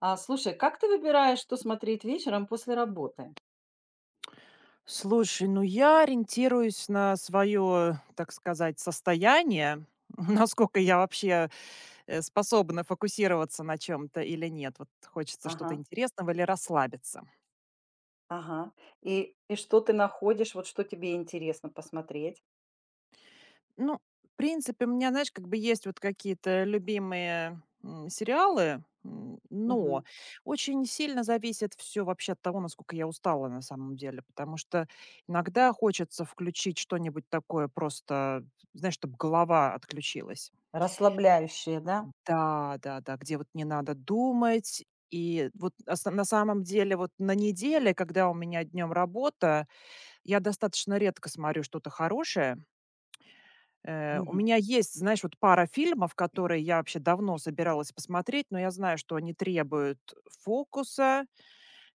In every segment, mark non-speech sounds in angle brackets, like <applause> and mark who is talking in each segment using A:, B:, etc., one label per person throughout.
A: А, слушай, как ты выбираешь, что смотреть вечером после работы?
B: Слушай, я ориентируюсь на свое, так сказать, состояние, <laughs> насколько я вообще, способна фокусироваться на чем-то или нет. Вот хочется
A: Ага,
B: что-то интересного или расслабиться.
A: ага. И что ты находишь, вот что тебе интересно посмотреть?
B: Ну, в принципе, у меня, знаешь, как бы есть вот какие-то любимые, сериалы,
A: Мгм.
B: но очень сильно зависит все вообще от того, насколько я устала на самом деле. Потому что иногда хочется включить что-нибудь такое просто, знаешь, чтобы голова отключилась.
A: Расслабляющие, да?
B: Да, да-да, где вот не надо думать. И вот ас на самом деле вот на неделе, когда у меня днем работа, я достаточно редко смотрю что-то хорошее. У
A: Мгм.
B: меня есть, знаешь, вот пара фильмов, которые я вообще давно собиралась посмотреть, но я знаю, что они требуют фокуса,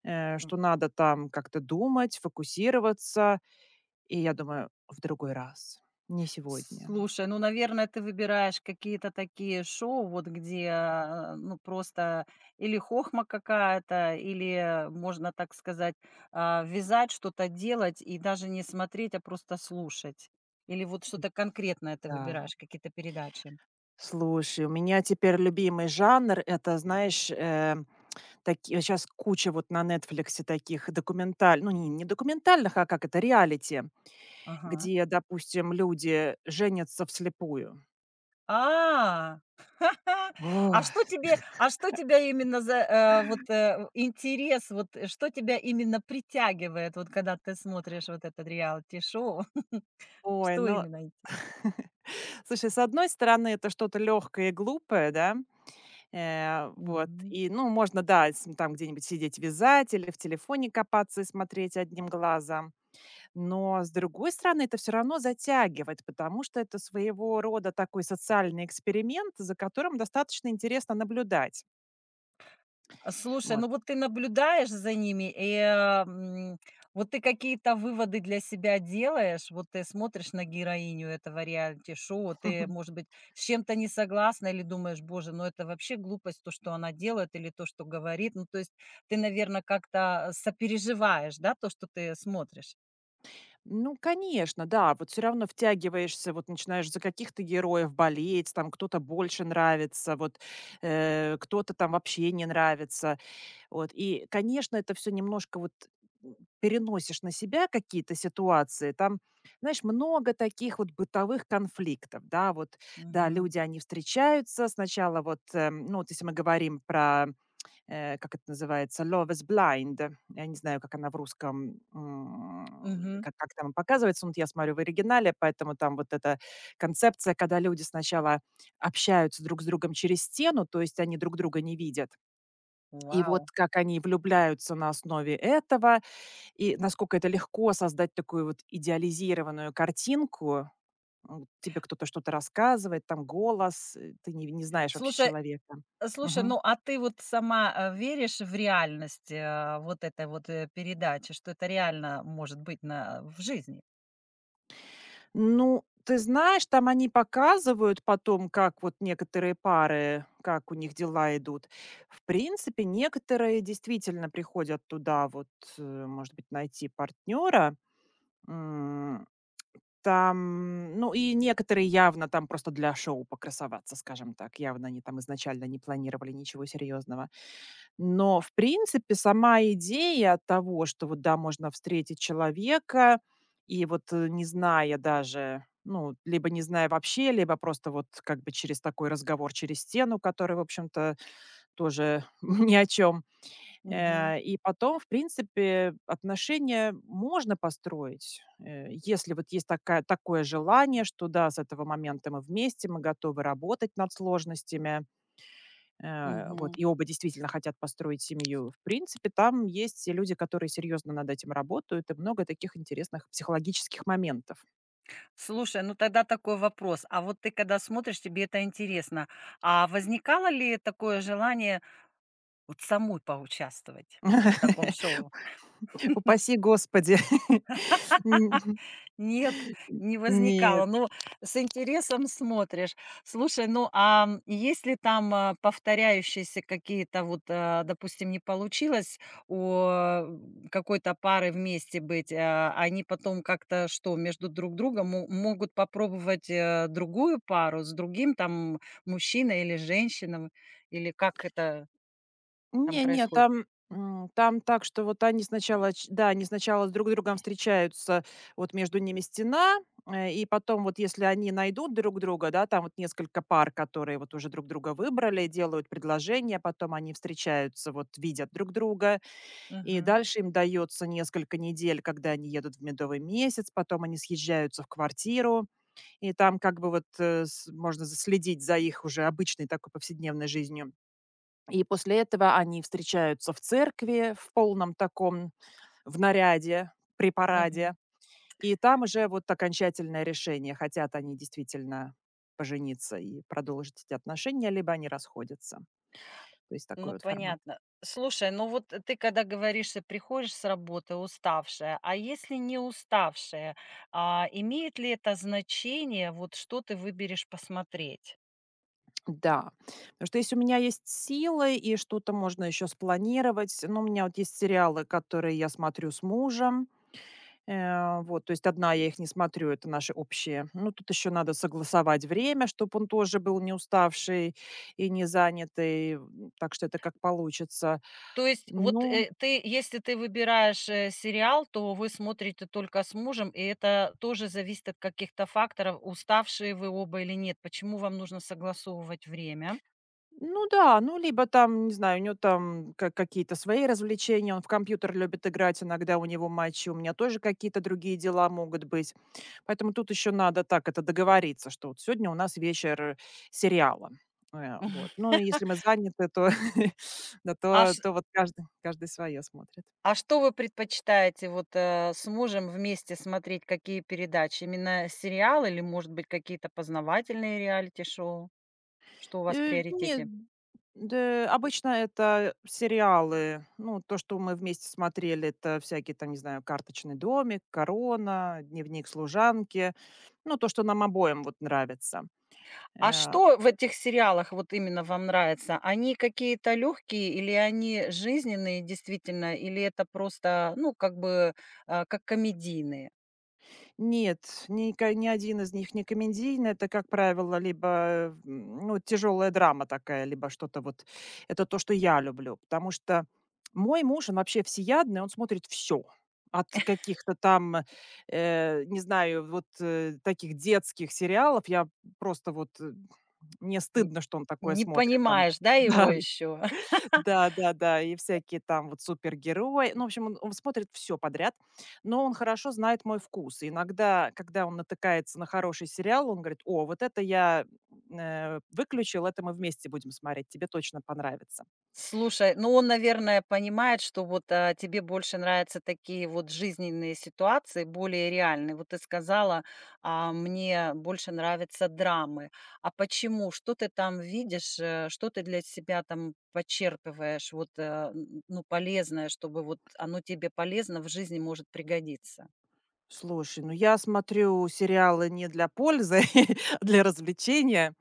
B: что надо там как-то думать, фокусироваться. И я думаю: "В другой раз, не сегодня".
A: Слушай, ну, наверное, ты выбираешь какие-то такие шоу, вот где, а, ну, просто или хохма какая-то, или, можно так сказать, а, вязать, что-то делать и даже не смотреть, а просто слушать. Или вот что-то конкретное ты
B: Да.
A: выбираешь, какие-то передачи.
B: Слушай, у меня теперь любимый жанр — это, знаешь, такие сейчас куча вот на "Нетфликсе" таких документаль ну, не документальных, а как это, реалити,
A: Ага.
B: где, допустим, люди женятся вслепую.
A: А, <laughs> а
B: Ой.
A: что тебе а что тебя именно за, вот, интерес, вот, что тебя именно притягивает, вот когда ты смотришь вот этот реалити-шоу? <laughs>
B: Ой,
A: Что
B: ну,
A: именно интере
B: слушай, с одной стороны, это что-то легкое и глупое, да, вот, и, ну, можно, да, с там где-нибудь сидеть вязать или в телефоне копаться и смотреть одним глазом. Но, с другой стороны, это все равно затягивает, потому что это своего рода такой социальный эксперимент, за которым достаточно интересно наблюдать.
A: А, слушай,
B: Вот.
A: ну вот ты наблюдаешь за ними, и вот ты какие-то выводы для себя делаешь, вот ты смотришь на героиню этого реалити-шоу,
B: <laughs>
A: ты, может быть, с чем-то не согласна или думаешь, боже, ну это вообще глупость, то, что она делает или то, что говорит. Ну, то есть ты, наверное, как-то сопереживаешь, да, то, что ты смотришь.
B: Ну, конечно, да, вот все равно втягиваешься, вот начинаешь за каких-то героев болеть, там кто-то больше нравится, вот, кто-то там вообще не нравится. Вот, и, конечно, это все немножко вот переносишь на себя какие-то ситуации. Там, знаешь, много таких вот бытовых конфликтов, да, вот, да,
A: Мгм.
B: люди, они встречаются, сначала вот, ну, вот если мы говорим про как это называется, "Love is Blind". Я не знаю, как она в русском,
A: Мгм.
B: как там показывается. Ну, вот я смотрю в оригинале, поэтому там вот эта концепция, когда люди сначала общаются друг с другом через стену, то есть они друг друга не видят. И вот
A: Вау.
B: как они влюбляются на основе этого, и насколько это легко создать такую вот идеализированную картинку. Тебе кто-то что-то рассказывает, там голос, ты не знаешь вообще
A: Слушай,
B: человека.
A: Э, слушай, ну, а ты вот сама, веришь в реальность, вот этой вот, передачи, что это реально может быть на в жизни?
B: Ну, ты знаешь, там они показывают потом, как вот некоторые пары, как у них дела идут. В принципе, некоторые действительно приходят туда вот, может быть, найти партнера. М, там, ну, и некоторые явно там просто для шоу покрасоваться, скажем так. Явно они там изначально не планировали ничего серьезного. Но, в принципе, сама идея того, что вот, да, можно встретить человека и вот, не зная даже, ну, либо не зная вообще, либо просто вот как бы через такой разговор через стену, который, в общем-то, тоже <laughs> ни о чем,
A: Мгм,
B: и потом, в принципе, отношения можно построить, если вот есть такая такое желание, что да, с этого момента мы вместе, мы готовы работать над сложностями.
A: мгм.
B: Вот, и оба действительно хотят построить семью. В принципе, там есть и люди, которые серьезно над этим работают, и много таких интересных психологических моментов.
A: Слушай, ну тогда такой вопрос. А вот ты когда смотришь, тебе это интересно. А возникало ли такое желание вот самой поучаствовать в таком
B: <laughs>
A: шоу?
B: Упаси господи. <laughs> Н
A: Нет, не
B: нет.
A: возникало. Ну, с интересом смотришь. Слушай, ну, а, есть ли там, а, повторяющиеся какие-то вот, а, допустим, не получилось а, какой-то пары вместе быть, а, они потом как-то что, между друг другом мо могут попробовать, другую пару с другим там мужчиной или женщиной или как это там
B: Не,
A: происходит?
B: там, там так, что вот они сначала ч да, они сначала друг с другом встречаются, вот между ними стена, и потом вот если они найдут друг друга, да, там вот несколько пар, которые вот уже друг друга выбрали, делают предложение, потом они встречаются, вот видят друг друга, и
A: Мгм,
B: дальше им дается несколько недель, когда они едут в медовый месяц, потом они съезжаются в квартиру, и там как бы вот, э, с можно за следить за их уже обычной такой повседневной жизнью. И после этого они встречаются в церкви в полном таком, в наряде, при
A: мгм.
B: параде. И там уже вот окончательное решение, хотят они действительно пожениться и продолжить эти отношения, либо они расходятся. То есть такой
A: Ну,
B: вот формат.
A: понятно. Слушай, ну вот ты когда говоришь, что приходишь с работы уставшая, а если не уставшая, а, имеет ли это значение, вот что ты выберешь посмотреть?
B: Да. Потому что если у меня есть силы и что-то можно еще спланировать, ну, у меня вот есть сериалы, которые я смотрю с мужем. Вот, то есть одна я их не смотрю, это наши общие. Ну, тут еще надо согласовать время, чтобы он тоже был не уставший и не занятый, так что это как получится.
A: То есть вот
B: Ну,
A: ты, если ты выбираешь сериал, то вы смотрите только с мужем, и это тоже зависит от каких-то факторов, уставшие вы оба или нет. Почему вам нужно согласовывать время?
B: ну да, ну либо там, не знаю, у него там ка какие-то свои развлечения, он в компьютер любит играть, иногда у него матчи, у меня тоже какие-то другие дела могут быть. Поэтому тут еще надо так это договориться, что вот сегодня у нас вечер сериала. Вот.
A: <laughs>
B: Ну и если мы заняты, то <laughs> да,
A: А,
B: то
A: ш-
B: то вот каждый свое смотрит.
A: А что вы предпочитаете вот, с мужем вместе смотреть, какие передачи? Именно сериалы или, может быть, какие-то познавательные реалити-шоу? Что у вас в
B: Нет,
A: приоритете?
B: да, обычно это сериалы. Ну, то, что мы вместе смотрели, это всякие там, не знаю, "Карточный домик", "Корона", "Дневник служанки". Ну, то, что нам обоим вот нравится.
A: А
B: Э
A: что в этих сериалах вот именно вам нравится? Они какие-то легкие или они жизненные действительно, или это просто, ну, как бы, а, как комедийные?
B: Нет, ника ни один из них не комедийный. Это, как правило, либо, ну, тяжелая драма такая, либо что-то вот. Это то, что я люблю. Потому что мой муж, он вообще всеядный, он смотрит все, от каких-то там, не знаю, вот, таких детских сериалов. Я просто вот, мне
A: Н
B: стыдно, что он такое
A: не
B: смотрит там.
A: понимаешь, да, его
B: <laughs>
A: еще?
B: Да-да-да, и всякие там вот супергерои. Ну, в общем, он смотрит все подряд, но он хорошо знает мой вкус. И иногда, когда он натыкается на хороший сериал, он говорит: "О, вот это я, выключил, это мы вместе будем смотреть, тебе точно понравится".
A: Слушай, ну он, наверное, понимает, что вот, а, тебе больше нравятся такие вот жизненные ситуации, более реальные. Вот ты сказала: "А, мне больше нравятся драмы". А почему? Что ты там видишь, что ты для себя там почерпываешь, вот, н ну, полезное, чтобы вот оно тебе полезно в жизни может пригодиться?
B: Слушай, ну я смотрю сериалы не для пользы, <laughs> а для развлечения.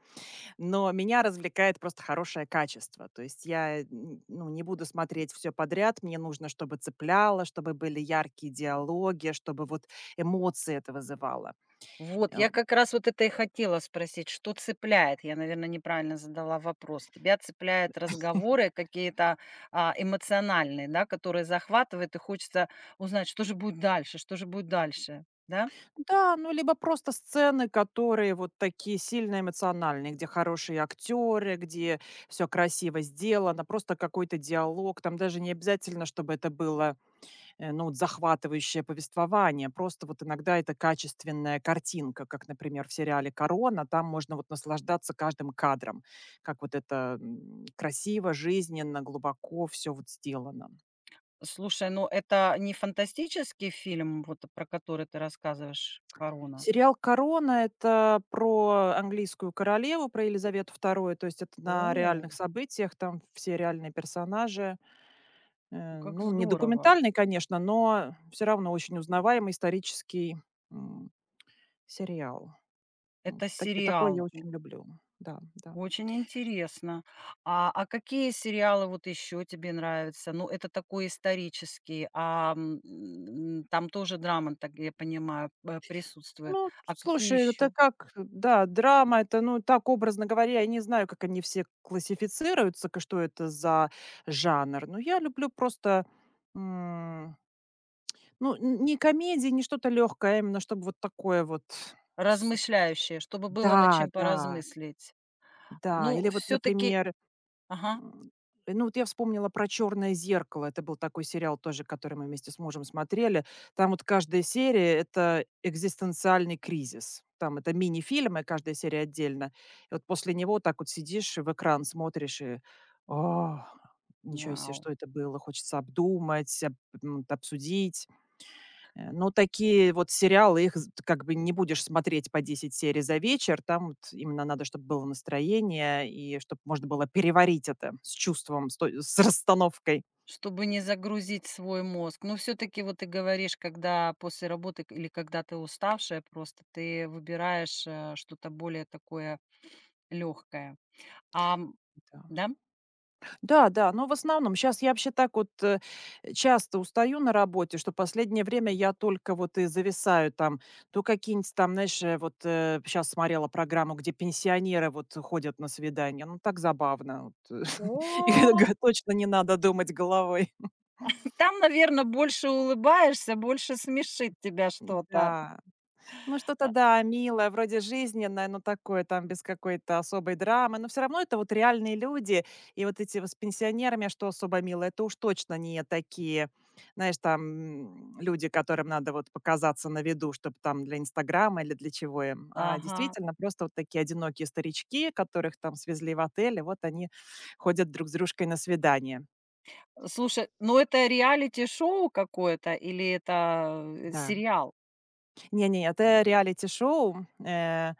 B: Но меня развлекает просто хорошее качество. То есть ну, не буду смотреть все подряд. Мне нужно, чтобы цепляло, чтобы были яркие диалоги, чтобы вот эмоции это вызывало.
A: Вот,
B: Э,
A: я как раз вот это и хотела спросить, что цепляет? Я, наверное, неправильно задала вопрос. Тебя цепляют разговоры какие-то а, эмоциональные, да, которые захватывают, и хочется узнать, что же будет дальше, что же будет дальше, да?
B: Да, ну, либо просто сцены, которые вот такие сильно эмоциональные, где хорошие актеры, где все красиво сделано, просто какой-то диалог. Там даже не обязательно, чтобы это было ну, вот захватывающее повествование. Просто вот иногда это качественная картинка, как, например, в сериале "Корона". Там можно вот наслаждаться каждым кадром, как вот это, красиво, жизненно, глубоко все вот сделано.
A: Слушай, ну это не фантастический фильм, вот про который ты рассказываешь, «Корона»?
B: Сериал "Корона" — это про английскую королеву, про Елизавету Вторую, то есть это на
A: О,
B: реальных событиях, там все реальные персонажи.
A: ну как
B: Ну, не
A: здорово!
B: документальный, конечно, но все равно очень узнаваемый исторический, м, сериал. М,
A: Это
B: таки такое я
A: сериал.
B: очень люблю. Да, да.
A: Очень интересно. А какие сериалы вот еще тебе нравятся? Ну, это такой исторический, а там тоже драма, так я понимаю, присутствует.
B: Ну,
A: А какие
B: слушай, это
A: еще?
B: как, да, драма — это, ну, так, образно говоря, я не знаю, как они все классифицируются, к что это за жанр, но я люблю просто, м, ну, н не комедии, не что-то легкое, а именно чтобы вот такое вот с
A: Размышляющие, чтобы было над
B: Да,
A: чем
B: да,
A: поразмыслить.
B: да.
A: Ну,
B: Или вот,
A: все-таки,
B: например,
A: ага,
B: М, ну, вот я вспомнила про "Черное зеркало". Это был такой сериал тоже, который мы вместе с мужем смотрели. Там вот каждая серия — это экзистенциальный кризис. Там это мини-фильмы, каждая серия отдельно. И вот после него так вот сидишь и в экран смотришь и: "А, ничего себе,
A: вау,
B: что это было?" Хочется обдумать, обсудить. Ну, такие вот сериалы, их з как бы не будешь смотреть по 10 серий за вечер. Там вот именно надо, чтобы было настроение и чтобы можно было переварить это с чувством, с расстановкой.
A: чтобы не загрузить свой мозг. Ну, все-таки вот ты говоришь, когда после работы или когда ты уставшая, просто ты выбираешь что-то более такое легкое. А, м,
B: Да.
A: да?
B: Да-да, но в основном сейчас я вообще так вот, часто устаю на работе, что последнее время я только вот и зависаю там. То какие-нибудь там, знаешь, вот, сейчас смотрела программу, где пенсионеры вот ходят на свидания. Ну, так забавно вот. <laughs> И
A: О,
B: г точно не надо думать головой.
A: там, наверное, больше улыбаешься, больше смешит тебя
B: <laughs>
A: что-то.
B: да. Ну, что-то,
A: А,
B: да, милое, вроде жизненное, но такое там без какой-то особой драмы. Но все равно это вот реальные люди. И вот эти вот с пенсионерами, что особо мило, это уж точно не такие, знаешь, люди, которым надо вот показаться на виду, чтобы там для Инстаграма или для чего им. А
A: ага.
B: действительно, просто вот такие одинокие старички, которых там свезли в отель, и вот они ходят друг с дружкой на свидание.
A: Слушай, ну это реалити-шоу какое-то или это,
B: Да.
A: сериал?
B: Не-не, это реалити-шоу.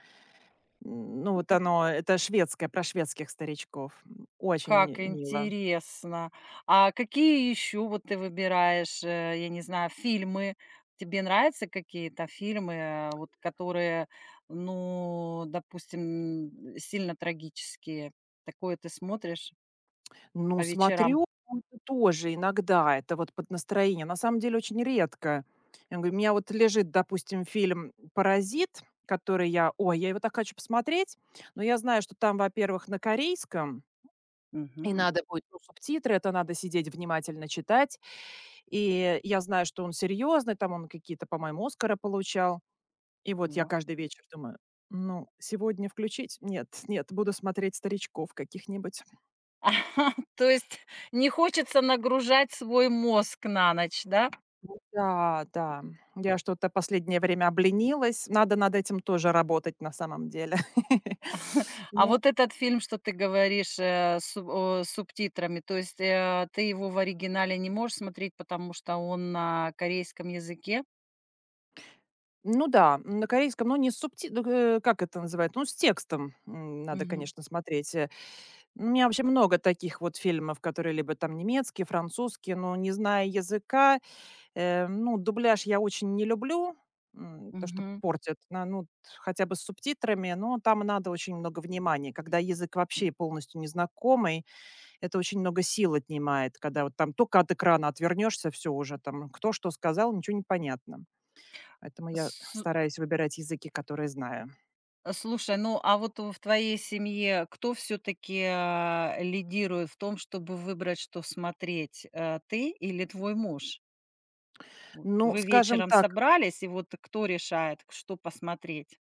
B: Ну,
A: Ну
B: вот
A: как
B: оно, это шведское, про шведских старичков. Очень
A: как
B: мило.
A: интересно. А какие еще вот ты выбираешь, я не знаю, фильмы? Тебе нравятся какие-то фильмы, вот которые, ну, допустим, сильно трагические? Такое ты смотришь по
B: Ну,
A: вечерам?
B: смотрю, он тоже иногда, это вот под настроение, на самом деле очень редко. Я говорю, у меня вот лежит, допустим, фильм "Паразит", который я, ой, я его так хочу посмотреть, но я знаю, что там, во-первых, на корейском, и
A: Мгм.
B: надо будет, ну, субтитры, это надо сидеть внимательно читать. И я знаю, что он серьезный, там он какие-то, по-моему, "Оскара" получал. И вот я
A: Вот.
B: каждый вечер думаю: "Ну, сегодня включить? Нет, <laughs> нет, буду смотреть старичков каких-нибудь".
A: <laughs> То есть не хочется нагружать свой мозг на ночь, да?
B: Да, да, я что-то последнее время обленилась. Надо над этим тоже работать на самом деле. <laughs>
A: А
B: Ну,
A: вот этот фильм, что ты говоришь, субтитрами, то есть, ты его в оригинале не можешь смотреть, потому что он на корейском языке?
B: ну да, на корейском, но не с субти ну, как это называется, ну, с текстом, надо,
A: Мгм,
B: конечно, смотреть. У меня вообще много таких вот фильмов, которые либо там немецкие, французские, но не зная языка. Ну, дубляж я очень не люблю, то, что
A: мгм.
B: портит. На ну, т хотя бы с субтитрами, но там надо очень много внимания. Когда язык вообще полностью незнакомый, это очень много сил отнимает, когда вот там только от экрана отвернешься, все уже там, кто что сказал, ничего не понятно. Поэтому я
A: С
B: стараюсь выбирать языки, которые знаю.
A: слушай, ну, а вот в твоей семье кто все таки лидирует в том, чтобы выбрать, что смотреть, ты или твой муж? Вот
B: Ну,
A: вы
B: скажем
A: вечером
B: так.
A: собрались, и вот кто решает, что посмотреть?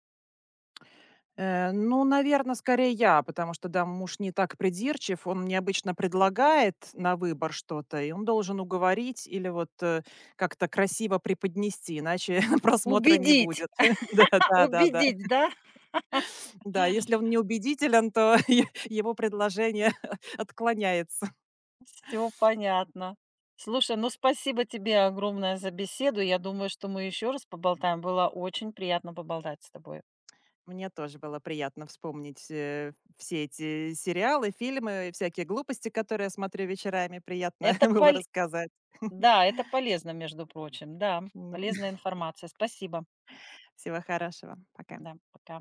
B: Ну, наверное, скорее я, потому что, да, муж не так придирчив. Он мне обычно предлагает на выбор что-то, и он должен уговорить или вот, как-то красиво преподнести, иначе <laughs> просмотра не
A: Убедить,
B: будет. <laughs> Да
A: <laughs>
B: да да да.
A: убедить, да?
B: Да, если он не убедителен, то <laughs> е его предложение <laughs> отклоняется.
A: Все понятно. Слушай, ну спасибо тебе огромное за беседу. Я думаю, что мы еще раз поболтаем. Было очень приятно поболтать с тобой.
B: Мне тоже было приятно вспомнить, все эти сериалы, фильмы и всякие глупости, которые я смотрю вечерами. Приятно <laughs>
A: Это
B: было
A: пол,
B: рассказать. <laughs>
A: да, это полезно, между прочим, да,
B: Ну,
A: полезная информация. Спасибо.
B: всего хорошего.
A: Да,
B: Пока.
A: пока.